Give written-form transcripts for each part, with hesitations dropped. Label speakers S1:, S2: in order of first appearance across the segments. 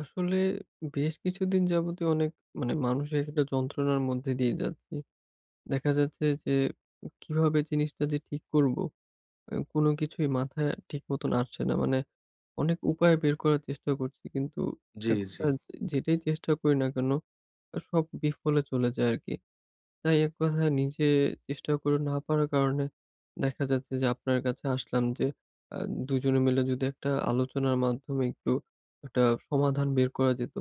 S1: আসলে বেশ কিছুদিন যাবতীয় অনেক মানে মানসিক একটা যন্ত্রণার মধ্যে দিয়ে যাচ্ছি। দেখা যাচ্ছে যে কিভাবে জিনিসটা যে ঠিক করব, কোনো কিছুই মাথায় ঠিক মতন আসছে না। মানে অনেক উপায় বের করার চেষ্টা করছি, কিন্তু
S2: জি,
S1: এক
S2: জি।
S1: কথায় যে যেটাই চেষ্টা করি না কেন সব বিফলে চলে যায় আরকি। তাই এক কথায় নিজে চেষ্টা করে না পারার কারণে দেখা যাচ্ছে যে আপনার কাছে আসলাম যে আ দুজনে মিলে যদি একটা আলোচনার মাধ্যমে একটু একটা সমাধান বের করা যেত।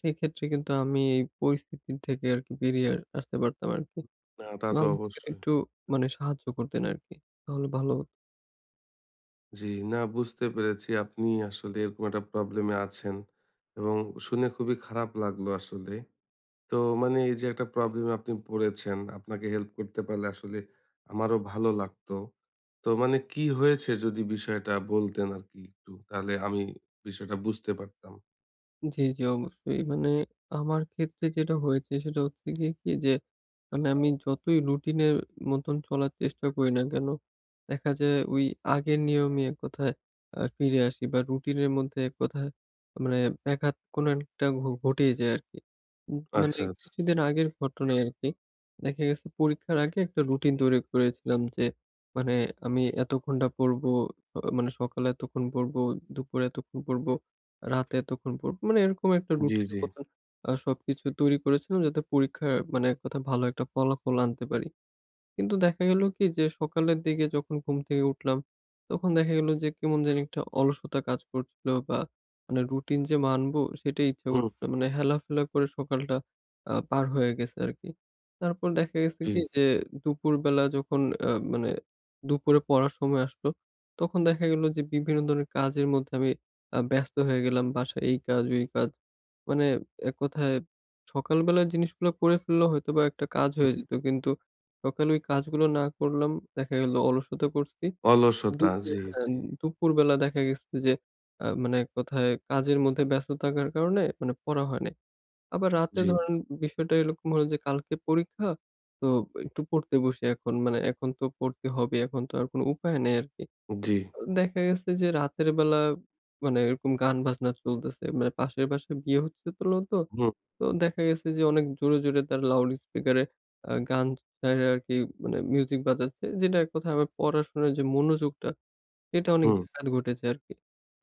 S1: সেক্ষেত্রে কিন্তু আমি এই পরিস্থিতি থেকে আরকি বেরিয়ে আসতে পারতাম আরকি।
S2: না, তা
S1: তো
S2: তো
S1: আমাকে যদি
S2: অবশ্যই।
S1: একটু মানে সাহায্য করতেন আরকি, তাহলে ভালো।
S2: জি, না বুঝতে পেরেছি আপনি আসলে এরকম একটা প্রবলেমে আছেন এবং শুনে খুবই খারাপ লাগলো আসলে। তো মানে এই যে একটা প্রবলেমে আপনি পড়েছেন, আপনাকে হেল্প করতে পারলে আসলে আমারও ভালো লাগতো। তো মানে কি হয়েছে যদি বিষয়টা বলতেন আরকি একটু, তাহলে আমি বিষয়টা বুঝতে পারতাম।
S1: জি, জি, অবশ্যই। মানে আমার ক্ষেত্রে যেটা হয়েছে সেটা হচ্ছে গিয়ে কি যে, মানে আমি যতই রুটিনের মতন চলার চেষ্টা করি না কেন, দেখা যায় ওই আগের নিয়মই এক কথায় ফিরে আসি, বা রুটিনের মধ্যে এক কথায় মানে ব্যাঘাত কোনো একটা ঘটেই যায় আরকি। উম হুম। মানে
S2: আচ্ছা, আচ্ছা।
S1: কিছুদিন আগের ঘটনাই আরকি। দেখা গেছে পরীক্ষার আগে একটা রুটিন তৈরি করেছিলাম যে, মানে আমি এত ঘন্টা পড়বো, মানে সকালে এতক্ষণ পড়বো, দুপুরে এতক্ষণ পড়বো। রাতে এতক্ষণ পড়ব। মানে এরকম একটা
S2: জি,
S1: রুটিনের
S2: জি।
S1: মতন সবকিছু তৈরি করেছিলাম, যাতে পরীক্ষার মানে এক কথায় ভালো একটা ফলাফল আনতে পারি। কিন্তু দেখা গেল কি যে সকালের দিকে যখন ঘুম থেকে উঠলাম, তখন দেখা গেল যে কেমন জানি একটা অলসতা কাজ করছিল, বা মানে রুটিন যে মানবো সেটাই ইচ্ছা
S2: হুম,
S1: করছিল না। মানে হেলাফেলা করে সকালটা পার হয়ে গেছে আরকি। তারপর দেখা গেছে
S2: জি,
S1: কি যে দুপুরবেলা যখন মানে দুপুরে পড়ার সময় আসলো, তখন দেখা গেল যে বিভিন্ন ধরনের কাজের মধ্যে আমি ব্যস্ত হয়ে গেলাম। বাসায় এই কাজ, ওই কাজ। মানে এক কথায় সকালবেলার জিনিসগুলো করে ফেললে হয়তোবা একটা কাজ
S2: হুম।
S1: হয়ে যেত। কিন্তু সকালে ওই কাজগুলো না করলাম, দেখা গেল অলসতা করছি।
S2: অলসতা।
S1: দুপুর,
S2: জি,
S1: হ্যাঁ,
S2: জি,
S1: দুপুরবেলা দেখা গেছে যে মানে এক কথায় কাজের মধ্যে ব্যস্ত থাকার কারণে মানে পড়া হয় নাই। আবার রাতে
S2: জি,
S1: ধরেন বিষয়টা এরকম হলো যে কালকে পরীক্ষা, তো একটু পড়তে বসি এখন। মানে এখন তো পড়তে হবে, এখন তো আর কোনো উপায় নেই আরকি।
S2: জি।
S1: দেখা গেছে যে রাতের বেলা মানে এরকম গান বাজনা চলতেছে। মানে পাশের বাসায় বিয়ে হচ্ছিল তো। তো
S2: হুম,
S1: তো দেখা গেছে যে অনেক জোরে, জোরে তারা লাউড স্পিকারে গান ছাইড়া আরকি মানে মিউজিক বাজাচ্ছে। যেটার কথায় আমার পড়াশোনার যে মনোযোগটা, এটা অনেক
S2: হুম,
S1: ব্যাঘাত ঘটেছে আরকি।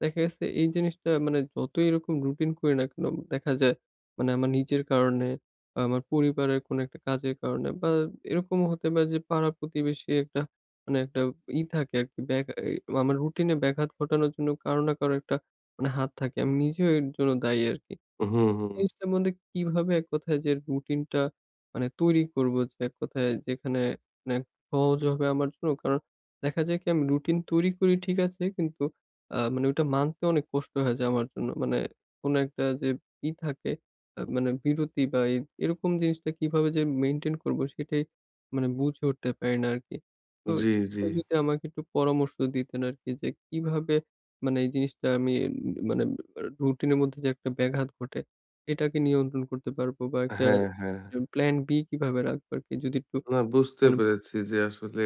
S1: দেখা গেছে এই জিনিসটা, মানে যতই এরকম রুটিন করি না কেন দেখা যায় মানে আমার নিজের কারণে, বা আমার পরিবারের কোনো একটা কাজের কারণে, বা এরকমও হতে পারে যে পাড়া প্রতিবেশী একটা মানে একটা ই থাকে আরকি ব্যাঘা এ আমার রুটিনে ব্যাঘাত ঘটানোর জন্য কারো না কারো একটা মানে হাত থাকে। আমি নিজেও এর জন্য দায়ী আরকি।
S2: হুম, হুম।
S1: জিনিসটার মধ্যে কিভাবে এক কথায় যে রুটিনটা মানে তৈরি করব যে এক কথায় যেখানে মানে সহজ হবে আমার জন্য। কারণ দেখা যায় কি আমি রুটিন তৈরি করি ঠিক আছে, কিন্তু মানে ওটা মানতে অনেক কষ্ট হয়ে যায় আমার জন্য। মানে কোন একটা যে ই থাকে আ
S2: হুম।
S1: মানে বিরতি বা এ এরকম জিনিসটা কিভাবে যে মেইনটেইন করব সেটাই মানে বুঝে উঠতে পারি না আরকি। তো
S2: জি,
S1: এ
S2: জি।
S1: বিষয়ে যদি আমাকে একটু পরামর্শ দিতেন আরকি যে কিভাবে মানে এই জিনিসটা আমি মানে রুটিনের মধ্যে যে একটা ব্যাঘাত ঘটে এটাকে নিয়ন্ত্রণ করতে পারবো, বা একটা
S2: হ্যাঁ, হ্যাঁ।
S1: এ প্ল্যান বি কিভাবে রাখবো আরকি, যদি একটু
S2: না বুঝতে
S1: মানে
S2: পেরেছি যে আসলে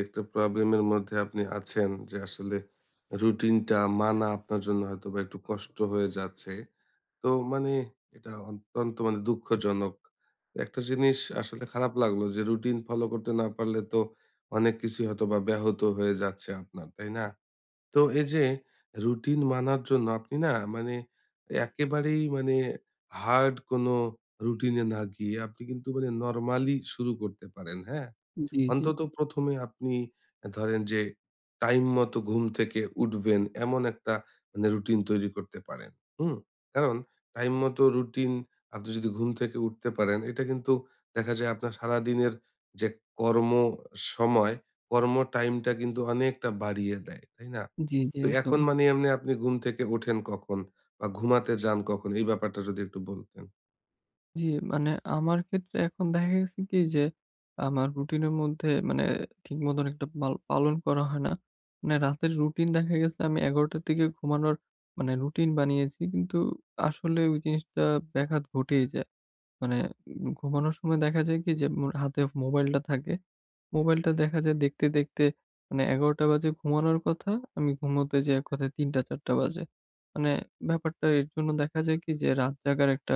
S2: একটা প্রবলেমের মধ্যে আপনি আছেন যে আসলে রুটিনটা মানা আপনার জন্য হয়তোবা একটু কষ্ট হয়ে যাচ্ছে। তো মানে এটা অত্যন্ত মানে দুঃখজনক। একটা জিনিস আসলে খারাপ লাগলো যে রুটিন ফলো করতে না পারলে তো অনেক কিছুই হয়তোবা ব্যাহত হয়ে যাচ্ছে আপনার, তাই না? তো এই যে রুটিন মানার জন্য আপনি না মানে একেবারেই মানে হার্ড কোনো রুটিনে না গিয়ে আপনি কিন্তু মানে নরমালি শুরু করতে পারেন হ্যাঁ
S1: জি, জি,
S2: অন্তত ১ম এ আপনি ধরেন যে টাইম মতো ঘুম থেকে উঠবেন এমন একটা মানে রুটিন তৈরি করতে পারেন। হুম? কারণ টাইম মতো রুটিন আপনি যদি ঘুম থেকে উঠতে পারেন এটা কিন্তু দেখা যায় আপনার সারাদিনের যে কর্ম সময়, কর্ম টাইমটা কিন্তু অনেকটা বাড়িয়ে দেয়। তাই না?
S1: জি, জি,
S2: তো
S1: একদম।
S2: এখন মানে এমনি আপনি ঘুম থেকে ওঠেন কখন বা ঘুমাতে যান কখন? এই ব্যাপারটা যদি একটু বলতেন।
S1: জি, মানে আমার ক্ষেত্রে এখন দেখা গেছে কি যে আমার রুটিনের মধ্যে মানে ঠিক মতন একটা পালন করা হয় না। মানে রাতের রুটিন দেখা গেছে আমি ১১:০০ র দিকে ঘুমানোর মানে রুটিন বানিয়েছি। কিন্তু আসলে ওই জিনিসটা ব্যাঘাত ঘটেই যায়। মানে ঘুমানোর সময় দেখা যায় কি যে মোর হাতে মোবাইলটা থাকে। মোবাইলটা দেখা যায় দেখতে, দেখতে মানে ১১:০০ বাজে ঘুমানোর কথা। আমি ঘুমোতে যাই এক কথায় ৩:০০-৪:০০ বাজে। মানে ব্যাপারটা এর জন্য দেখা যায় কি যে রাত জাগার একটা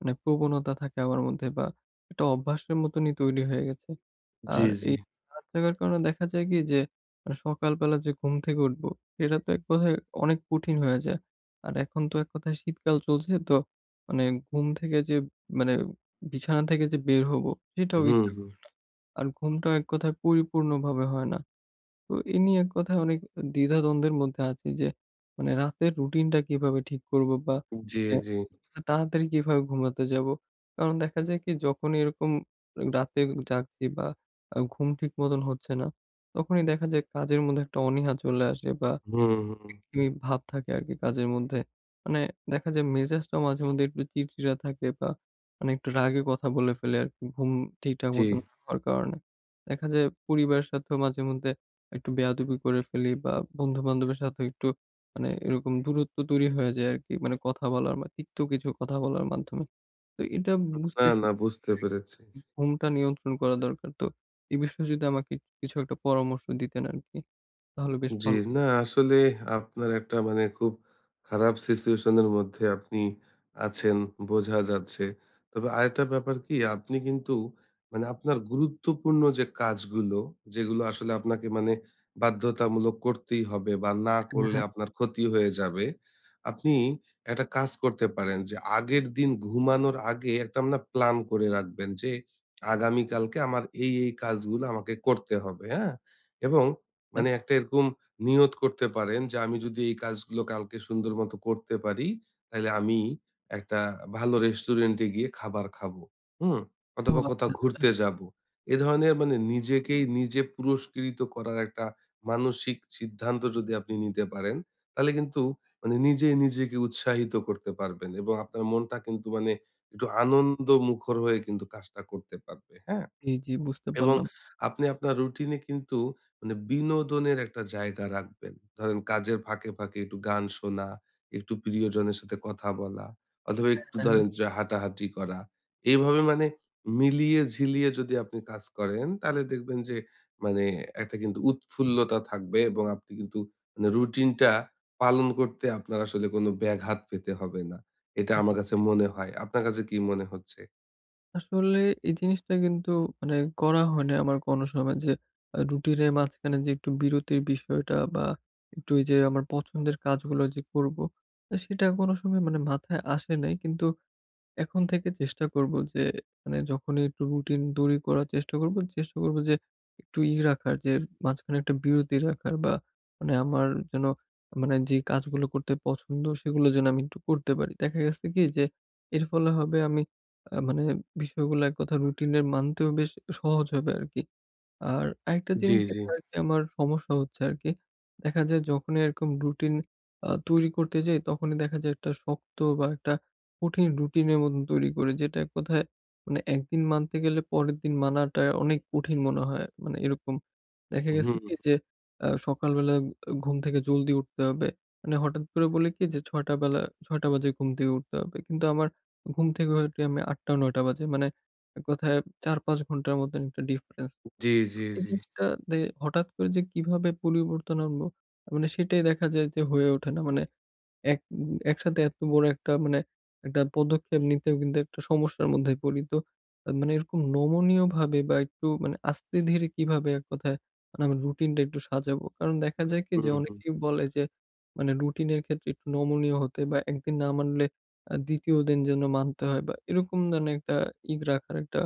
S1: মানে প্রবণতা থাকে আমার মধ্যে, বা একটা অভ্যাসের মতনই তৈরি হয়ে গেছে।
S2: জি,
S1: আর
S2: জি।
S1: এই রাত জাগার কারণে দেখা যায় কি যে মানে সকালবেলা যে ঘুম থেকে উঠবো সেটা তো এক কথায় অনেক কঠিন হয়ে যায়। আর এখন তো এক কথায় শীতকাল চলছে, তো মানে ঘুম থেকে যে মানে বিছানা থেকে যে বের হবো সেটাও
S2: হুম,
S1: ইচ্ছা
S2: হুম।
S1: করে না। আর ঘুমটাও এক কথায় পরিপূর্ণভাবে হয় না। তো এ নিয়ে এক কথায় অনেক দ্বিধাদ্বন্দ্বের মধ্যে আছি যে মানে রাতের রুটিনটা কিভাবে ঠিক করব, বা
S2: জি,
S1: মানে
S2: জি।
S1: তাড়াতাড়ি কিভাবে ঘুমাতে যাবো? কারণ দেখা যায় কি যখনই এরকম রাতে জাগছি বা ঘুম ঠিক মতন হচ্ছে না, তখনই দেখা যায় কাজের মধ্যে একটা অনীহা চলে আসে, বা
S2: হুম, হুম।
S1: এই ভাব থাকে আরকি কাজের মধ্যে। মানে দেখা যায় মেজাজটাও মাঝে মধ্যে একটু চিড়চিড়া থাকে, বা মানে একটু রাগে কথা বলে ফেলে আরকি, ঘুম ঠিকঠাক
S2: জি।
S1: মতো না হওয়ার কারণে। দেখা যায় পরিবারের সাথেও মাঝে মধ্যে একটু বেয়াদবি করে ফেলি, বা বন্ধু-বান্ধবের সাথে একটু মানে এরকম দূরত্ব তৈরি হয়ে যায় আরকি। মানে কথা বলার মা তিক্ত কিছু কথা বলার মাধ্যমে। তো এটা
S2: না,
S1: বুঝতেছি
S2: না বুঝতে পেরেছি।
S1: যে ঘুমটা নিয়ন্ত্রণ করা দরকার। তো এই বিষয়ে যদি আমাকে কিছু একটা পরামর্শ দিতেন আরকি, তাহলে বেশ
S2: জি,
S1: ভালো হতো।
S2: না আসলে আপনার একটা মানে খুব খারাপ সিচুয়েশন এর মধ্যে আপনি আছেন বোঝা যাচ্ছে। তবে আরেকটা ব্যাপার কি আপনি কিন্তু মানে আপনার গুরুত্বপূর্ণ যে কাজগুলো যেগুলো আসলে আপনাকে মানে বাধ্যতামূলক করতেই হবে বা না করলে
S1: হ্যাঁ।
S2: আপনার ক্ষতি হয়ে যাবে। আপনি একটা কাজ করতে পারেন যে আগের দিন ঘুমানোর আগে একটা না প্ল্যান করে রাখবেন যে আগামীকালকে আমার এই কাজগুলো আমাকে করতে হবে, হ্যাঁ? এবং
S1: তা
S2: মানে একটা এরকম নিয়ত করতে পারেন যে আমি যদি এই কাজগুলো কালকে সুন্দর মতো করতে পারি, তাইলে আমি একটা ভালো রেস্টুরেন্টে গিয়ে খাবার খাবো। হুম? অথবা কোথাও ঘুরতে যাবো। এ ধরনের মানে নিজেকেই নিজে পুরস্কৃত করার একটা মানসিক সিদ্ধান্ত যদি আপনি নিতে পারেন, তাহলে কিন্তু মানে নিজেই নিজেকে উৎসাহিত করতে পারবেন এবং আপনার মনটা কিন্তু মানে একটু আনন্দমুখর হয়ে কিন্তু কাজটা করতে পারবে। হ্যাঁ?
S1: জি, জি, বুঝতে
S2: এবং
S1: পারলাম।
S2: আপনি আপনার রুটিনে কিন্তু মানে বিনোদনের একটা জায়গা রাখবেন। ধরেন কাজের ফাঁকে, ফাঁকে একটু গান শোনা, একটু প্রিয়জনের সাথে কথা বলা অথবা একটু
S1: হ্যাঁ,
S2: ধরেন যে হাঁটাহাঁটি করা। এইভাবে মানে মিলিয়ে ঝিলিয়ে যদি আপনি কাজ করেন তাহলে দেখবেন যে মানে একটা কিন্তু উৎফুল্লতা থাকবে এবং আপনি কিন্তু মানে রুটিনটা পালন করতে আপনার আসলে কোনো ব্যাঘাত পেতে হবে না। এটা আমার
S1: জি।
S2: কাছে মনে হয়। আপনার কাছে কি মনে হচ্ছে?
S1: আসলে এই জিনিসটা কিন্তু মানে করা হয় না আমার কোনো সময় যে রুটিনের মাঝখানে যে একটু বিরতির বিষয়টা, বা একটু ওই যে আমার পছন্দের কাজগুলো যে করব, সেটা কোনো সময় মানে মাথায় আসে নাই। কিন্তু এখন থেকে চেষ্টা করব যে মানে যখনই একটু রুটিন তৈরি করার চেষ্টা করব, চেষ্টা করব যে একটু ই রাখার যে মাঝখানে একটা বিরতি রাখার, বা মানে আমার যেন মানে যে কাজগুলো করতে পছন্দ সেগুলো যেন আমি একটু করতে পারি। দেখা গেছে কি যে এর ফলে হবে আমি মানে বিষয়গুলো এক কথায় রুটিনের মানতেও বেশ সহজ হবে আরকি। আর আরেকটা
S2: জি,
S1: জিনিস
S2: জি।
S1: যেটা আরকি আমার সমস্যা হচ্ছে আরকি। দেখা যায় যখনই এরকম রুটিন তৈরি করতে যাই তখনই দেখা যায় একটা শক্ত বা একটা কঠিন রুটিনের মতন তৈরি করি, যেটা এক কথায় মানে একদিন মানতে গেলে পরের দিন মানাটা অনেক কঠিন মনে হয়। মানে এরকম দেখা গেছে
S2: হুম,
S1: কি যে সকালবেলা ঘুম থেকে জলদি উঠতে হবে। মানে হঠাৎ করে বলি কি যে ৬:০০ বাজে ঘুম থেকে উঠতে হবে। কিন্তু আমার ঘুম থেকে হয়ে উঠি আমি ৮:০০-৯:০০ বাজে। মানে এক কথায় ৪-৫ ঘন্টার মতন একটা ডিফারেন্স।
S2: জি, জি,
S1: এই
S2: জি।
S1: জিনিসটা দে হঠাৎ করে যে কিভাবে পরিবর্তন আনবো মানে সেটাই দেখা যায় যে হয়ে ওঠে না। মানে এক উম একসাথে এত বড় একটা মানে একটা পদক্ষেপ নিতেও কিন্তু একটা সমস্যার মধ্যে পড়ি। তো মানে এরকম নমনীয়ভাবে, বা একটু মানে আস্তে ধীরে কিভাবে এক কথায় মানে আমার রুটিনটা একটু সাজাবো? কারণ দেখা যায় কি যে
S2: হুম, হুম।
S1: অনেকেই বলে যে মানে রুটিনের ক্ষেত্রে একটু নমনীয় হতে, বা একদিন না মানলে ২য় দিন যেন মানতে হয়, বা এরকম যেন একটা ইগ রাখার একটা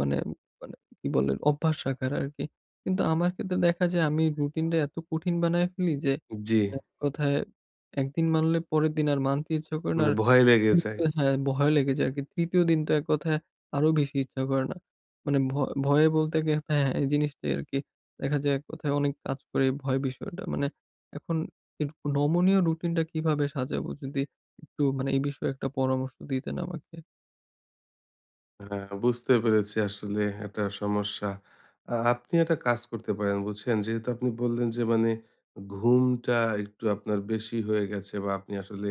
S1: মানে মানে কি বলে অভ্যাস রাখার আরকি। কিন্তু আমার ক্ষেত্রে দেখা যায় আমি রুটিনটা এত কঠিন বানায় ফেলি যে
S2: জি,
S1: মানে এক কথায় একদিন মানলে পরের দিন আর মানতে ইচ্ছা করে না।
S2: মানে
S1: আর
S2: ভয় লেগে
S1: হুম।
S2: যায়।
S1: হ্যাঁ, ভয় লেগে যায় আরকি। ৩য় দিন তো এক কথায় আরো বেশি ইচ্ছা করে না। মানে ভ ভয়ে বলতে গে হ্যাঁ, হ্যাঁ, এই জিনিসটাই আরকি। দেখা যায় এক কথায় অনেক কাজ করে এই ভয় বিষয়টা। মানে এখন এর নমনীয় রুটিনটা কিভাবে সাজাবো? যদি একটু মানে এই বিষয়ে একটা পরামর্শ দিতেন আমাকে।
S2: হ্যাঁ, বুঝতে পেরেছি আসলে একটা সমস্যা। আপনি একটা কাজ করতে পারেন বুঝছেন? যেহেতু আপনি বললেন যে মানে ঘুমটা একটু আপনার বেশি হয়ে গেছে বা আপনি আসলে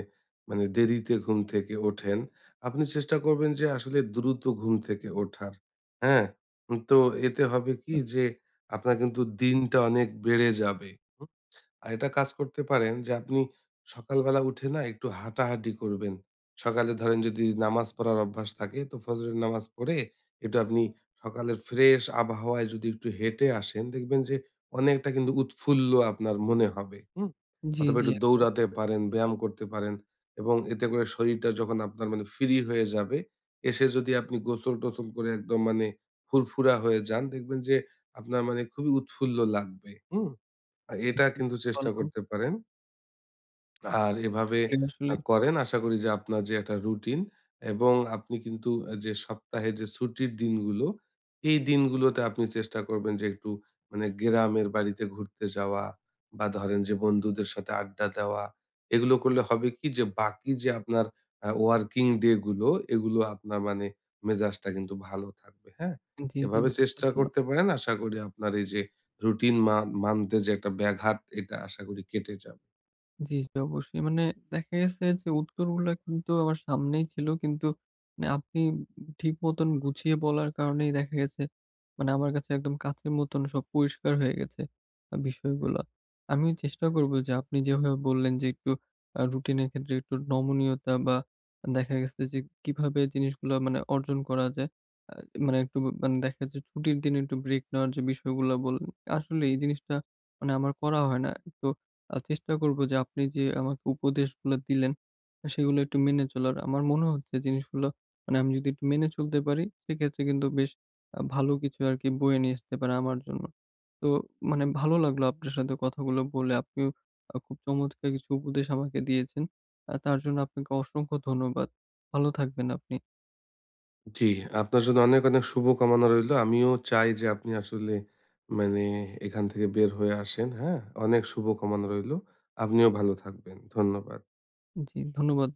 S2: মানে দেরিতে ঘুম থেকে ওঠেন। আপনি চেষ্টা করবেন যে আসলে দ্রুত ঘুম থেকে ওঠার। হ্যাঁ? তো এতে হবে কি যে আপনার কিন্তু দিনটা অনেক বেড়ে যাবে। হুম? আর এটা কাজ করতে পারেন যে আপনি সকালবেলা উঠে না একটু হাঁটাহাঁটি করবেন। সকালে ধরেন যদি নামাজ পড়ার অভ্যাস থাকে তো ফজরের নামাজ পড়ে একটু আপনি সকালের ফ্রেশ আবহাওয়ায় যদি একটু হেঁটে আসেন দেখবেন যে অনেকটা কিন্তু উৎফুল্ল আপনার মনে হবে। হুম?
S1: জি,
S2: অথবা
S1: জি,
S2: একটু
S1: একদম
S2: দৌড়াতে পারেন, ব্যায়াম করতে পারেন এবং এতে করে শরীরটা যখন আপনার মানে ফ্রি হয়ে যাবে, এসে যদি আপনি গোসল-টোসল করে একদম মানে ফুরফুরা হয়ে যান দেখবেন যে আপনার মানে খুবই উৎফুল্ল লাগবে। হুম? এটা কিন্তু
S1: বুঝতে
S2: চেষ্টা
S1: পারলাম।
S2: করতে পারেন। আর এভাবে
S1: আসলেই, আসলেই।
S2: করেন আশা করি যে আপনার যে একটা রুটিন এবং আপনি কিন্তু যে সপ্তাহে যে ছুটির দিনগুলো, এই দিনগুলোতে আপনি চেষ্টা করবেন যে একটু মানে গ্রামের বাড়িতে ঘুরতে যাওয়া বা ধরেন যে বন্ধুদের সাথে আড্ডা দেওয়া। এগুলো করলে হবে কি যে বাকি যে আপনার ওয়ার্কিং ডে গুলো এগুলো আপনার মানে মেজাজটা কিন্তু ভালো থাকবে, হ্যাঁ?
S1: জি, জি,
S2: এভাবে
S1: বুঝতে
S2: চেষ্টা
S1: পারলাম।
S2: করতে পারেন। আশা করি আপনার এই যে রুটিন মা মানতে যে একটা ব্যাঘাত এটা আশা করি কেটে যাবে।
S1: জি, জি, অবশ্যই। মানে দেখা গেছে যে উত্তরগুলা কিন্তু আমার সামনেই ছিল। কিন্তু মানে আপনি ঠিক মতন গুছিয়ে বলার কারণেই দেখা গেছে মানে আমার কাছে একদম কাঁচের মতন সব পরিষ্কার হয়ে গেছে বিষয়গুলা। আমিও চেষ্টা করব যে আপনি যেভাবে বললেন যে একটু রুটিনের ক্ষেত্রে একটু নমনীয়তা, বা দেখা গেছে যে কিভাবে জিনিসগুলা মানে অর্জন করা যায়। আ মানে একটু মানে দেখা যাচ্ছে ছুটির দিনে একটু ব্রেক নেওয়ার যে বিষয়গুলা বললেন। আসলে এই জিনিসটা মানে আমার করা হয় না। তো চেষ্টা করব যে আপনি যে আমাকে উপদেশগুলো দিলেন, সেগুলো একটু মেনে চলার। আমার মনে হচ্ছে জিনিসগুলো মানে আমি যদি একটু মেনে চলতে পারি, সেক্ষেত্রে কিন্তু বেশ ভালো কিছু আরকি বয়ে নিয়ে আসতে পারে আমার জন্য। তো মানে ভালো লাগলো আপনার সাথে কথাগুলো বলে। আপনিও খুব চমৎকার কিছু উপদেশ আমাকে দিয়েছেন। তার জন্য আপনাকে অসংখ্য ধন্যবাদ। ভালো থাকবেন আপনি।
S2: জি, আপনার জন্য অনেক, অনেক শুভকামনা রইলো। আমিও চাই যে আপনি আসলে মানে এখান থেকে বের হয়ে আসেন, হ্যাঁ? অনেক শুভকামনা রইলো। আপনিও ভালো থাকবেন। ধন্যবাদ।
S1: জি, ধন্যবাদ।